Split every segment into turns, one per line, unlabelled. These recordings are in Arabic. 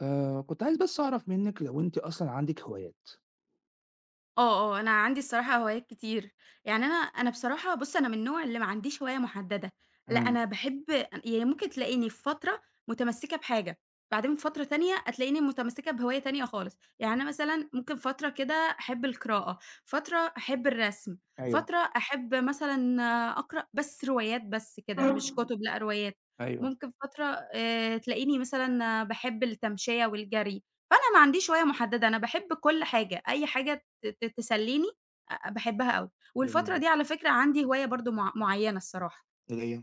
كنت عايز بس أعرف منِّك لو أنتِ أصلًا عندِك هوايات؟
آه، آه، أنا عندي الصراحة هوايات كتير، يعني أنا بصراحة بُص، أنا من النوع اللي ما عنديش هواية مُحددة، لأ أنا
إمم،
باحب يعني ممكن تلاقيني في فترة متمسكة بحاجة، بعدين في فترة تانية هتلاقيني متمسكة بهواية تانية خالص، يعني أنا مثلًا ممكن فترة كده أحب القراءة، فترة أحب الرسم،
أيوه،
فترة أحب مثلًا أقرأ بس روايات بس كده، مش كُتب لأ روايات،
أيوه،
ممكن فترة تلاقيني مثلًا باحب التمشية والجري، فأنا ما عنديش هواية مُحددة، أنا باحب كل حاجة، أي حاجة ت ت تسلّيني باحبها أوي.
جميل
والفترة دي
جدًا.
على فكرة عندي هواية برضه معيّنة الصراحة،
اللي هي؟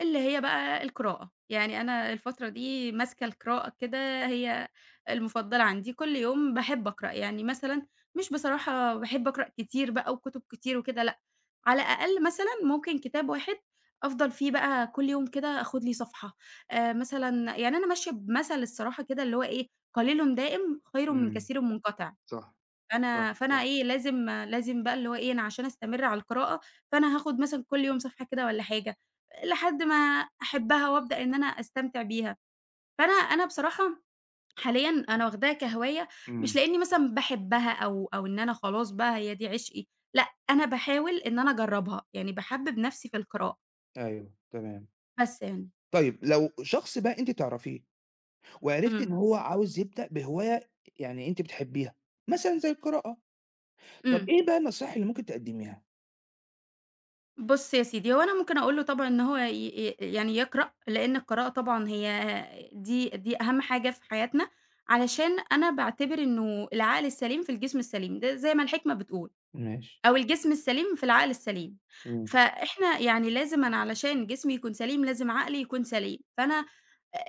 اللي هي بقى القراءة. يعني أنا الفترة دي ماسكة القراءة كده هي المفضلة عندي، كل يوم باحب أقرأ. يعني مثلًا مش بصراحة باحب أقرأ كتير بقى وكُتب كتير وكده لأ، على الأقل مثلًا ممكن كتاب واحد أفضل فيه بقى كل يوم كده آخُد لي صفحة. مثلًا يعني أنا ماشية بمَثَل الصراحة كده اللي هو إيه، قليل دائم خير من
إمم،
كثير منقطع.
صح، صح،
فأنا
صح،
إيه، لازم بقى اللي هو إيه، أنا عشان أستمر على القراءة، فأنا هاخد مثلًا كل يوم صفحة كده والّا حاجة، لحد ما أحبها وأبدأ إن أنا أستمتع بيها. فأنا بصراحة حاليًا أنا واخداها كهواية، مش
إمم،
لإني مثلًا باحبها أو إن أنا خلاص بقى هي دي عشقي، لأ، أنا باحاول إن أنا أجرّبها، يعني باحبِّب نفسي في القراءة،
أيوه، تمام.
بس يعني.
طيب لو شخص بقى أنتِ تعرفيه وعرفتِ إن
إمم،
هو عاوز يبدأ بهواية يعني أنتِ بتحبيها، مثلًا زي القراءة، طب
إمم.
إيه بقى النصايح اللي ممكن تقدّميها؟
بُص يا سيدي، هو أنا ممكن أقول له طبعًا إن هو ي ي يعني يقرأ، لإن القراءة طبعًا هي دي أهم حاجة في حياتنا، علشان أنا باعتبر إنه العقل السليم في الجسم السليم، ده زي ما الحكمة بتقول،
ماشي،
أو الجسم السليم في العقل السليم،
إمم،
فإحنا يعني لازم أنا علشان جسمي يكون سليم لازم عقلي يكون سليم، فأنا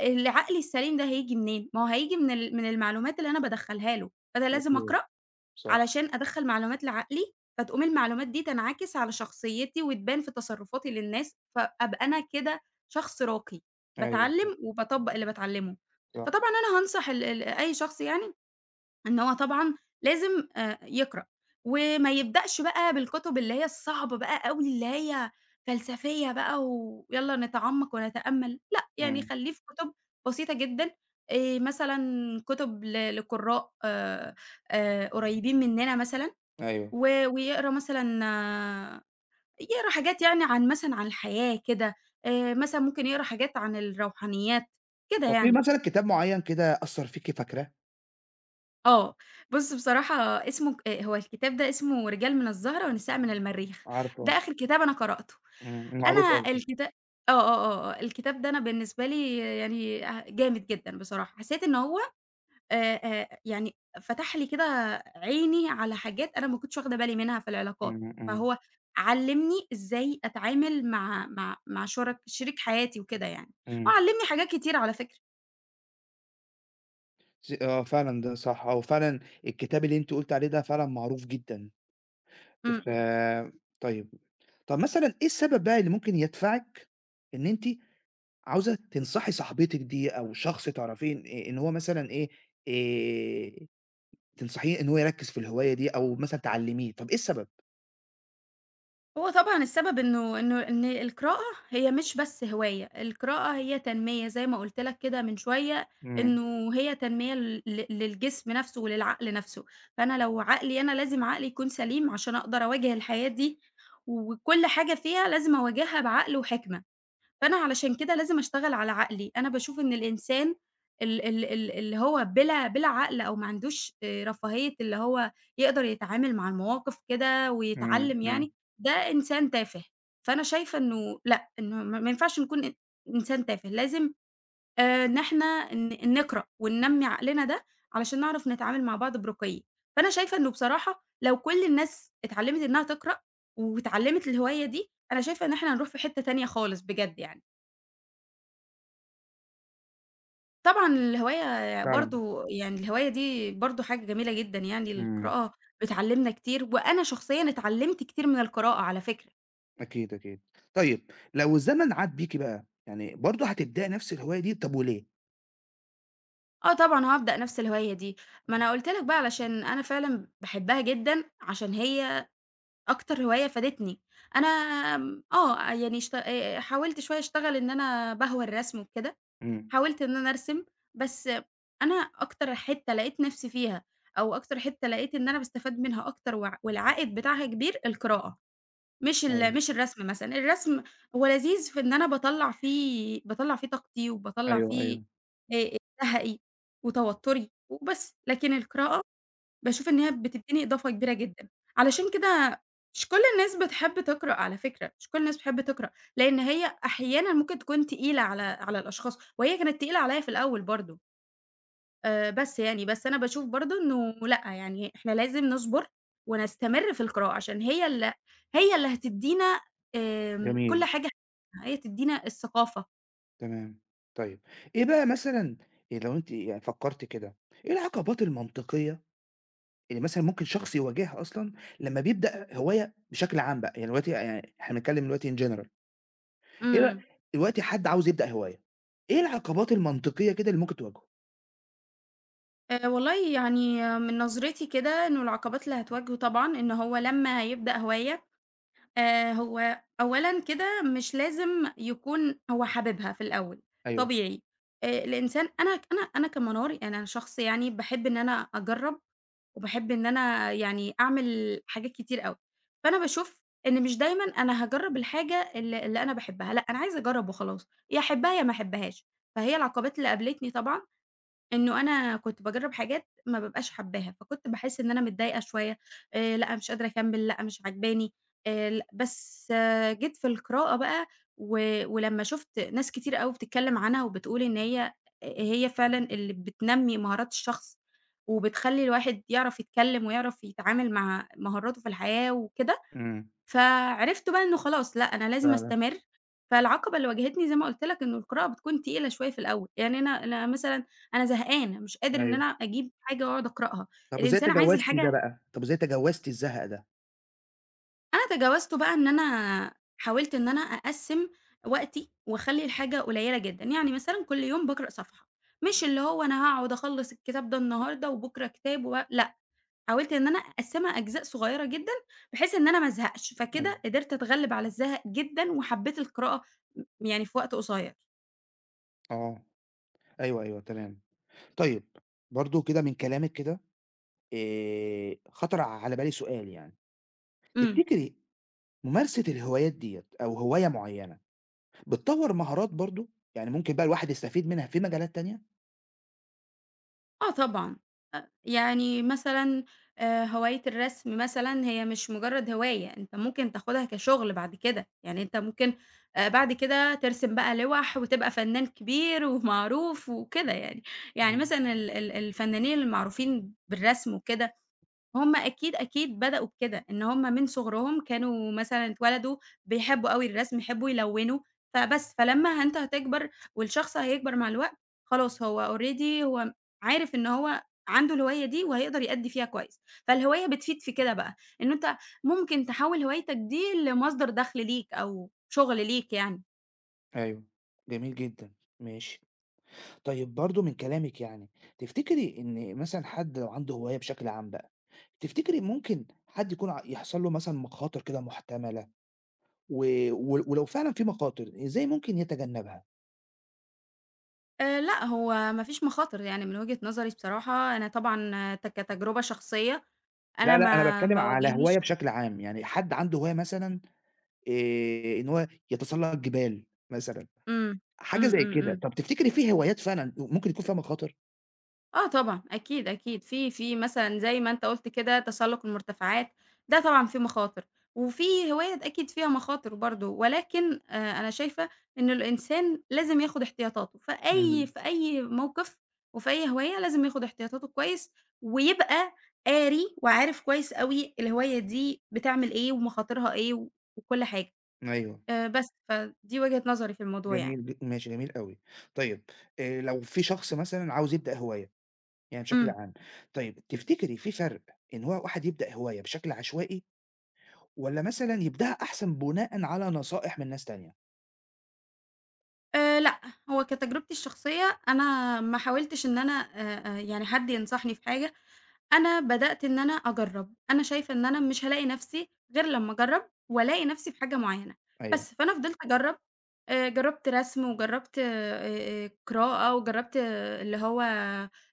العقل السليم ده هييجي منين؟ ما هو هييجي من من المعلومات اللي أنا بادخّلها له، فأنا لازم
أكيد،
أقرأ
صح،
علشان أدخّل معلومات لعقلي، فتقوم المعلومات دي تنعكس على شخصيتي وتبان في تصرفاتي للناس، فأبقى أنا كده شخص راقي،
أيوه، صح،
باتعلّم وباطبّق اللي باتعلّمه.
صح،
فطبعًا أنا هانصح ال ال أي شخص يعني إن هو طبعًا لازم يقرأ، وما يبدأش بقى بالكتب اللي هي الصعبة بقى أوي، اللي هي فلسفية بقى ويالّا نتعمّق ونتأمّل، لأ، يعني
إمم،
خلّيه في كتب بسيطة جدًا، مثلًا كتب لقُراء قريّبين مننا مثلًا،
أيوه.
و ويقرا مثلًا يقرا حاجات يعني عن مثلًا عن الحياة كده، مثلًا ممكن يقرا حاجات عن الروحانيات، كده
طب في
يعني.
مثلًا كتاب معيّن كده أثّر فيكِ فاكراه؟
آه، بُص بصراحة اسمه ك هو الكتاب ده اسمه رجال من الزهرة ونساء من المريخ، ده
عارفة،
آخر كتاب أنا قرأته.
إمم، معروف
أنا
قصدي،
الكتا آه، آه، آه، آه، الكتاب ده أنا بالنسبة لي يعني جامد جدًا بصراحة، حسيت إن هو يعني فتح لي كده عيني على حاجات أنا ما كنتش واخدة بالي منها في العلاقات،
إمم، إمم.
فهو علّمني إزاي أتعامل مع مع مع شرك شريك حياتي وكده يعني،
إمم.
وعلّمني حاجات كتير على فكرة.
آه فعلًا ده صح، هو فعلًا الكتاب اللي أنتِ قُلتِ عليه ده فعلًا معروف جدًا.
إمم،
ف
إمم.
طيب، طب مثلًا إيه السبب بقى اللي ممكن يدفعِك إن أنتِ عاوزة تنصحي صاحبتِك دي أو شخص تعرفيه إن هو مثلًا إيه، آآ تنصحيه إن هو يركّز في الهواية دي أو مثلًا تعلّميه، طب إيه السبب؟
هو طبعًا السبب إنه إنه إن القراءة هي مش بس هواية، القراءة هي تنمية زي ما قُلت لك كده من شوية،
إمم،
إنه هي تنمية للجسم نفسه وللعقل نفسه، فأنا لو عقلي أنا لازم عقلي يكون سليم عشان أقدر أواجه الحياة دي، وكل حاجة فيها لازم أواجهها بعقل وحكمة. فأنا علشان كده لازم أشتغل على عقلي، أنا باشوف إن الإنسان ال ال ال اللي هو بلا عقل أو ما عندوش رفاهية اللي هو يقدر يتعامل مع المواقف كده
إمم،
ويتعلّم
إمم،
يعني، ده إنسان تافه، فأنا شايفة إنه لأ، إنه ما ينفعش نكون إن إنسان تافه، لازم إن إحنا نقرأ وننمّي عقلنا ده علشان نعرف نتعامل مع بعض برقي، فأنا شايفة إنه بصراحة لو كل الناس اتعلّمت إنها تقرأ واتعلّمت الهواية دي، أنا شايفة إن إحنا هنروح في حتة تانية خالص بجد يعني. طبعًا الهواية
فعلًا،
برضه يعني الهواية دي برضه حاجة جميلة جدًا يعني،
إمم.
القراءة بتعلّمنا كتير، وأنا شخصيًا اتعلّمت كتير من القراءة على فكرة.
أكيد، أكيد. طيب لو الزمن عاد بيكِ بقى، يعني برضه هتبدئي نفس الهواية دي، طب وليه؟
آه طبعًا هابدأ نفس الهواية دي، ما أنا قُلت لك بقى علشان أنا فعلًا باحبها جدًا، عشان هي أكتر هواية فادتني. أنا آمم، آه يعني اشت حاولت شوية أشتغل إن أنا باهوى الرسم وكده،
إمم،
حاولت إن أنا أرسم، بس أنا أكتر حتّة لقيت نفسي فيها، أو أكتر حتّة لقيت إن أنا باستفاد منها أكتر والعائد بتاعها كبير، القراءة.
أيوه،
مش الرسم مثلًا، الرسم هو لذيذ في إن أنا باطلّع فيه طاقتي وباطلّع
أيوه،
فيه
أيوه.
آآ زهقي وتوتُّري وبس، لكن القراءة باشوف إن هي بتدّيني إضافة كبيرة جدًا، علشان كده مش كل الناس بتحب تقرأ على فكرة، مش كل الناس بتحب تقرأ، لإن هي أحيانًا ممكن تكون تقيلة على الأشخاص، وهي كانت تقيلة عليّا في الأول برضه. بس يعني، بس أنا باشوف برضه إنه لأ، يعني إحنا لازم نصبر ونستمر في القراءة، عشان هي هي اللي هتدّينا كل
جميل،
حاجة هي تدّينا الثقافة.
تمام. طيب، إيه بقى مثلًا لو أنتِ يعني فكّرتِ كده، إيه العقبات المنطقية اللي مثلًا ممكن شخص يواجهها أصلًا لمّا بيبدأ هواية بشكل عام بقى، يعني دلوقتي يعني إحنا بنتكلّم دلوقتي in general إيه بقى
إمم.
دلوقتي حد عاوز يبدأ هواية، إيه العقبات المنطقية كده اللي ممكن تواجهه؟
والله يعني من نظرتي كده إنه العقبات اللي هتواجهه طبعًا إن هو لمّا هيبدأ هواية هو أولًا كده مش لازم يكون هو حاببها في الأول،
أيوه،
طبيعي. الإنسان أنا كمنار يعني أنا شخص يعني باحب إن أنا أجرّب، وباحب إن أنا يعني أعمل حاجات كتير أوي، فأنا باشوف إن مش دايمًا أنا هاجرّب الحاجة اللي أنا باحبها، لأ أنا عايزة أجرّب وخلاص، يا أحبها يا ما أحبهاش. فهي العقبات اللي قابلتني طبعًا إنه أنا كنت باجرّب حاجات ما بابقاش حاباها، فكنت باحس إن أنا متضايقة شوية، لأ مش قادرة أكمّل، لأ مش عاجباني، ل بس جيت في القراءة بقى و ولمّا شُفت ناس كتير أوي بتتكلّم عنها وبتقول إن هي هي فعلًا اللي بتنمّي مهارات الشخص، وبتخلّي الواحد يعرف يتكلّم ويعرف يتعامل مع مهاراته في الحياة وكده.
إمم،
فعرفت بقى إنه خلاص لأ، أنا لازم
فعلًا،
أستمر، فالعقبة اللي واجهتني زي ما قُلت لك إنه القراءة بتكون تقيلة شوية في الأول، يعني أنا مثلًا أنا زهقانة، مش قادر إن
أيوه.
أنا أجيب حاجة وأقعد أقرأها،
طب وإزاي
الإنسان عايز
تجاوزتِ ده
الحاجة
بقى؟ طب وإزاي تجاوزتِ الزهق ده؟
أنا تجاوزته بقى إن أنا حاولت إن أنا أقسّم وقتي وأخلّي الحاجة قليلة جدًا، يعني مثلًا كل يوم باقرأ صفحة، مش اللي هو أنا هاقعد أخلّص الكتاب ده النهارده وبُكرة كتاب لأ. حاولت إن أنا أقسّمها أجزاء صغيّرة جدًا، بحيث إن أنا ما ازهقش،
أيوه،
فكده قدرت أتغلّب على الزهق جدًا وحبّيت القراءة يعني في وقت قصيّر.
آه. أيوه، أيوه، تمام. طيب، برضه كده من كلامِك كده خطر على بالي سؤال يعني.
إمم.
تفتكري ممارسة الهوايات ديّة أو هواية معيّنة بتطوّر مهارات برضه؟ يعني ممكن بقى الواحد يستفيد منها في مجالات تانية؟
آه طبعًا. يعني مثلًا هواية الرسم مثلًا هي مش مُجرّد هواية، أنت ممكن تاخُدها كشُغل بعد كده، يعني أنت ممكن بعد كده ترسم بقى لِوَح وتبقى فنّان كبير ومعروف وكده يعني. يعني
إمم.
مثلًا ال ال الفنّانين المعروفين بالرسم وكده هم أكيد، أكيد بدأوا بكده، إن هم من صغرهم كانوا مثلًا اتولدوا بيحبوا أوي الرسم، يحبوا يلوّنوا، فبس، فلمّا أنت هتكبر والشخص هيكبر مع الوقت، خلاص already هو عارف إن هو عنده الهواية دي وهيقدر يأدّي فيها كويس، فالهواية بتفيد في كده بقى، إن أنت ممكن تحوّل هوايتك دي لمصدر دخل ليك أو شغل ليك يعني.
أيوه، جميل جدًا، ماشي. طيب برضه من كلامِك يعني، تفتكري إن مثلًا حد لو عنده هواية بشكل عام بقى، تفتكري ممكن حد يكون يحصل له مثلًا مخاطر كده محتملة و و ولو فعلًا في مخاطر، إزاي ممكن يتجنّبها؟
لأ، هو ما فيش مخاطر يعني من وجهة نظري بصراحة، أنا طبعًا آه، ت كتجربة شخصية أنا
لا، لأ، أنا
ما
باتكلّم
ما
على هواية
واجهنيش
بشكل عام، يعني حد عنده هواية مثلًا إن هو يتسلّق جبال مثلًا.
إمم،
حاجة
إمم،
زي
إمم،
كده.
إمم.
طب تفتكري في هوايات فعلًا ممكن يكون فيها مخاطر؟
آه طبعًا، أكيد، أكيد. في مثلًا زي ما أنت قُلت كده تسلُّق المرتفعات، ده طبعًا فيه مخاطر، وفي هوايات أكيد فيها مخاطر برضه، ولكن أنا شايفة إن الإنسان لازم ياخُد احتياطاته، في أي
إمم.
في أي موقِف وفي أي هواية لازم ياخُد احتياطاته كويس، ويبقى قاري وعارف كويس أوي الهواية دي بتعمل إيه ومخاطرها إيه وكل حاجة،
أيوه،
بس، فدي وجهة نظري في الموضوع يعني.
جميل ماشي، جميل أوي. طيب لو في شخص مثلًا عاوز يبدأ هواية، يعني بشكل
إمم.
عام، طيب تفتكري في فرق إن هو واحد يبدأ هواية بشكل عشوائي والّا مثلًا يبدأها أحسن بناءً على نصائح من ناس تانية؟
لأ، هو كتجربتي الشخصية أنا ما حاولتش إن أنا يعني حد ينصحني في حاجة، أنا بدأت إن أنا أجرّب، أنا شايفة إن أنا مش هالاقي نَفْسي غير لمّا أجرّب وألاقي نَفْسي في حاجة معيّنة،
أيوه،
بس فأنا فضلت أجرّب، جرّبت رسم وجرّبت قراءة وجرّبت اللي هو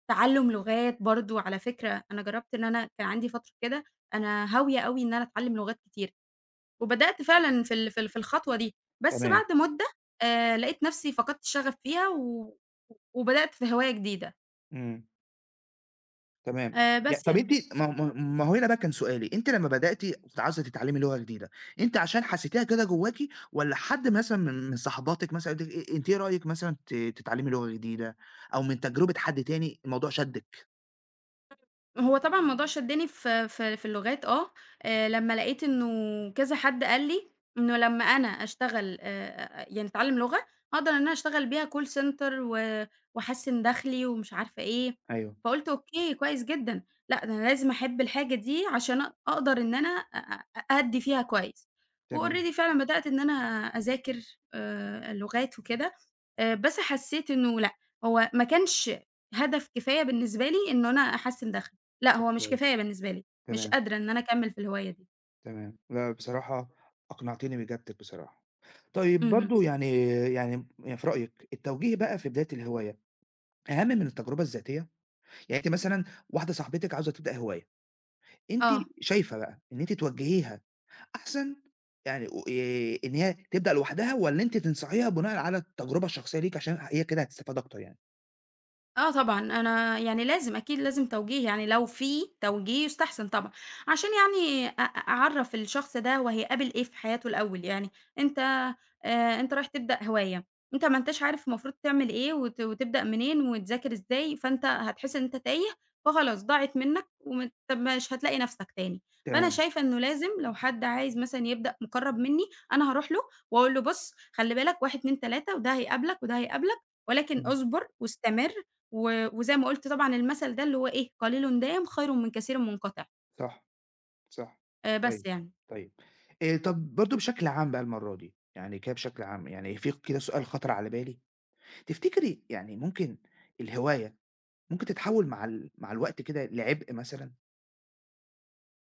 تعلُّم لغات برضه على فكرة، أنا جرّبت إن أنا كان عندي فترة كده أنا هاوية أوي إن أنا أتعلّم لغات كتيرة. وبدأت فعلًا في الخطوة دي، بس
تمام.
بعد مدة لقيت نفسي فقدت الشغف فيها و وبدأت في هواية جديدة،
إمم. تمام.
بس
طب
يعني.
أنتِ ما هو ما ما هو هنا بقى كان سؤالي، أنتِ لمّا بدأتِ كنتِ عاوزة تتعلمي لغة جديدة، أنتِ عشان حسيتيها كده جواكِ والّا حد مثلًا من صاحباتِك مثلًا قالت لِك إيه أنتِ إيه رأيِك مثلًا تتعلمي لغة جديدة أو من تجربة حد تاني الموضوع شدِّك؟
هو طبعًا الموضوع شدّني في اللغات لمّا لقيت إنه كذا حد قال لي إنه لمّا أنا أشتغل يعني أتعلّم لغة، هاقدر إن أنا أشتغل بيها call center و وأحسّن دخلي ومش عارفة إيه،
أيوه،
فقُلت أوكي كويس جدًا، لأ ده أنا لازم أحب الحاجة دي عشان أقدر إن أنا أ أ أأدّي فيها كويس،
تمام.
وalready فعلًا بدأت إن أنا أذاكر لغات وكده، بس حسّيت إنه لأ، هو ما كانش هدف كفاية بالنسبة لي إنه أنا أحسّن دخلي. لأ،
طب
هو مش كفاية
كويس.
بالنسبة لي، مش
تمام،
قادرة إن أنا أكمّل في الهواية دي.
تمام. لأ بصراحة أقنعتيني بإجابتِك بصراحة. طيب
اهم.
برضه يعني في رأيِك التوجيه بقى في بداية الهواية أهم من التجربة الذاتية؟ يعني أنتِ مثلًا واحدة صاحبتِك عاوزة تبدأ هواية أنتِ
آه.
شايفة بقى إن أنتِ توجّهيها أحسن يعني و إن هي تبدأ لوحدها والّا أنتِ تنصحيها بناءً على التجربة الشخصية ليكِ عشان هي كده هتستفاد أكتر يعني؟
آه طبعًا، أنا يعني لازم أكيد لازم توجيه، يعني لو في توجيه يُستحسن طبعًا، عشان يعني أ أ أعرّف الشخص ده هو هيقابل إيه في حياته الأول، يعني أنت أنت رايح تبدأ هواية، أنت ما أنتاش عارف المفروض تعمل إيه وتبدأ منين وتذاكر إزاي، فأنت هتحس إن أنت تايه، فخلاص ضاعت منّك طب مش هتلاقي نَفْسك تاني، فأنا
تمام،
شايفة إنه لازم لو حد عايز مثلًا يبدأ مُقرّب منّي، أنا هاروح له وأقول له: "بُص خلّي بالك 1، 2، 3 وده هيقابلك، وده هيقابلك، ولكن
إمم،
اصبر واستمر." و وزي ما قُلت طبعًا المثل ده اللي هو إيه، قليل دام خير من كثير منقطع،
صح، صح.
بس
طيب،
يعني.
طيب. طب برضه بشكل عام بقى المرّة دي، يعني كده بشكل عام، يعني في كده سؤال خطر على بالي، تفتكري يعني ممكن الهواية ممكن تتحوّل مع مع الوقت كده لعبء مثلًا؟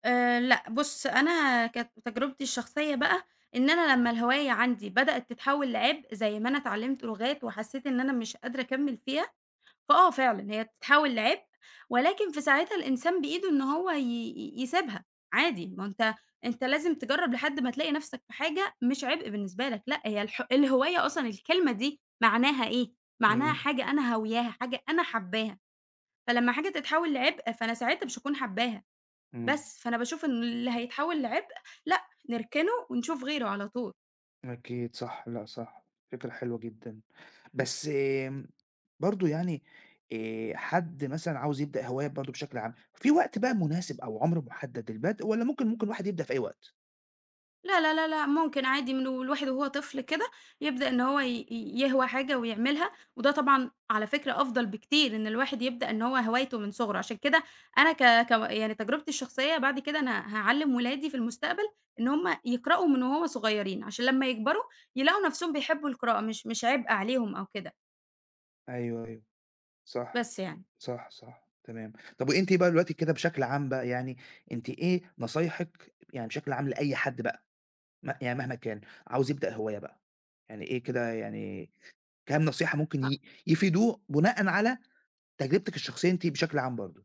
لأ بُص، أنا كانت تجربتي الشخصية بقى إن أنا لمّا الهواية عندي بدأت تتحوّل لعبء زي ما أنا اتعلمت لغات وحسّيت إن أنا مش قادرة أكمّل فيها، فآه فعلًا، هي بتتحول لعبء، ولكن في ساعتها الإنسان بإيده إن هو ي ي يسيبها عادي، ما هو أنت لازم تجرّب لحد ما تلاقي نَفْسك في حاجة مش عبء بالنسبة لك، لأ هي الهواية أصلًا الكلمة دي معناها إيه، معناها
إمم،
حاجة أنا هاوياها، حاجة أنا حاباها، فلمّا حاجة تتحول لعبء فأنا ساعتها مش هاكون حاباها،
إمم.
بس، فأنا باشوف إن اللي هيتحول لعبء لأ، نركنه ونشوف غيره على طول.
أكيد صح، لأ صح، فكرة حلوة جدًا. بس برضه يعني حد مثلًا عاوز يبدأ هواية برضه بشكل عام، في وقت بقى مناسب أو عمر محدد للبدء والّا ممكن الواحد يبدأ في أي وقت؟
لا، لا، لا، لأ، ممكن عادي من والواحد وهو طفل كده يبدأ إن هو يهوى حاجة ويعملها، وده طبعًا على فكرة أفضل بكتير إن الواحد يبدأ إن هو هوايته من صغره، عشان كده أنا ك ك يعني تجربتي الشخصية بعد كده أنا هاعلّم ولادي في المستقبل إن هم يقرأوا من وهُم صغيرين، عشان لمّا يكبروا يلاقوا نفسهم بيحبوا القراءة، مش عبء عليهم أو كده،
أيوه، أيوه، صح،
بس يعني.
صح، صح، تمام. طب وأنتِ بقى دلوقتي كده بشكل عام بقى يعني، أنتِ إيه نصايحِك يعني بشكل عام لأي حد بقى، يعني مهما كان، عاوز يبدأ هواية بقى، يعني إيه كده يعني كام نصيحة ممكن يفيدوه بناءً على تجربتِك الشخصية أنتِ بشكل عام برضه؟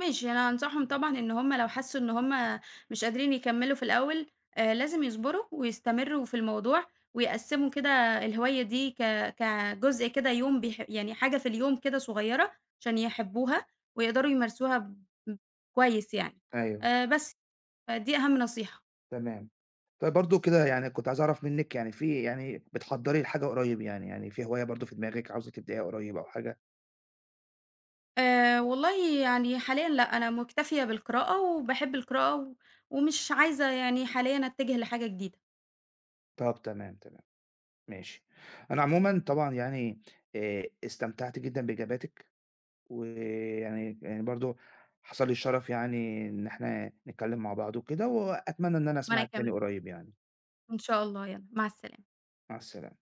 ماشي، أنا أنصحهم طبعًا إن هُم لو حسّوا إن هُم مش قادرين يكمّلوا في الأول، لازم يصبروا ويستمرّوا في الموضوع ويقسّموا كده الهواية دي كجزء كده يوم يعني حاجة في اليوم كده صغيّرة عشان يحبّوها ويقدروا يمارسوها كويس يعني.
أيوه.
بس، فدي أهم نصيحة.
تمام. طيب برضه كده يعني كنت عايز أعرف منِّك يعني في يعني بتحضّري لحاجة قريب يعني، يعني في هواية برضه في دماغِك عاوزة تبدئيها قريب أو حاجة؟
والله يعني حاليًا لأ، أنا مُكتفية بالقراءة وباحب القراءة و ومش عايزة يعني حاليًا أتّجه لحاجة جديدة.
طب تمام، تمام، ماشي. أنا عمومًا طبعًا يعني استمتعت جدًا بإجاباتِك، ويعني يعني برضه حصل لي الشرف يعني إن إحنا نتكلّم مع بعض وكده، وأتمنى إن أنا
وأنا
أسمعِك تاني
كمان،
قريب يعني.
إن شاء الله، يالّا مع السلامة.
مع السلامة.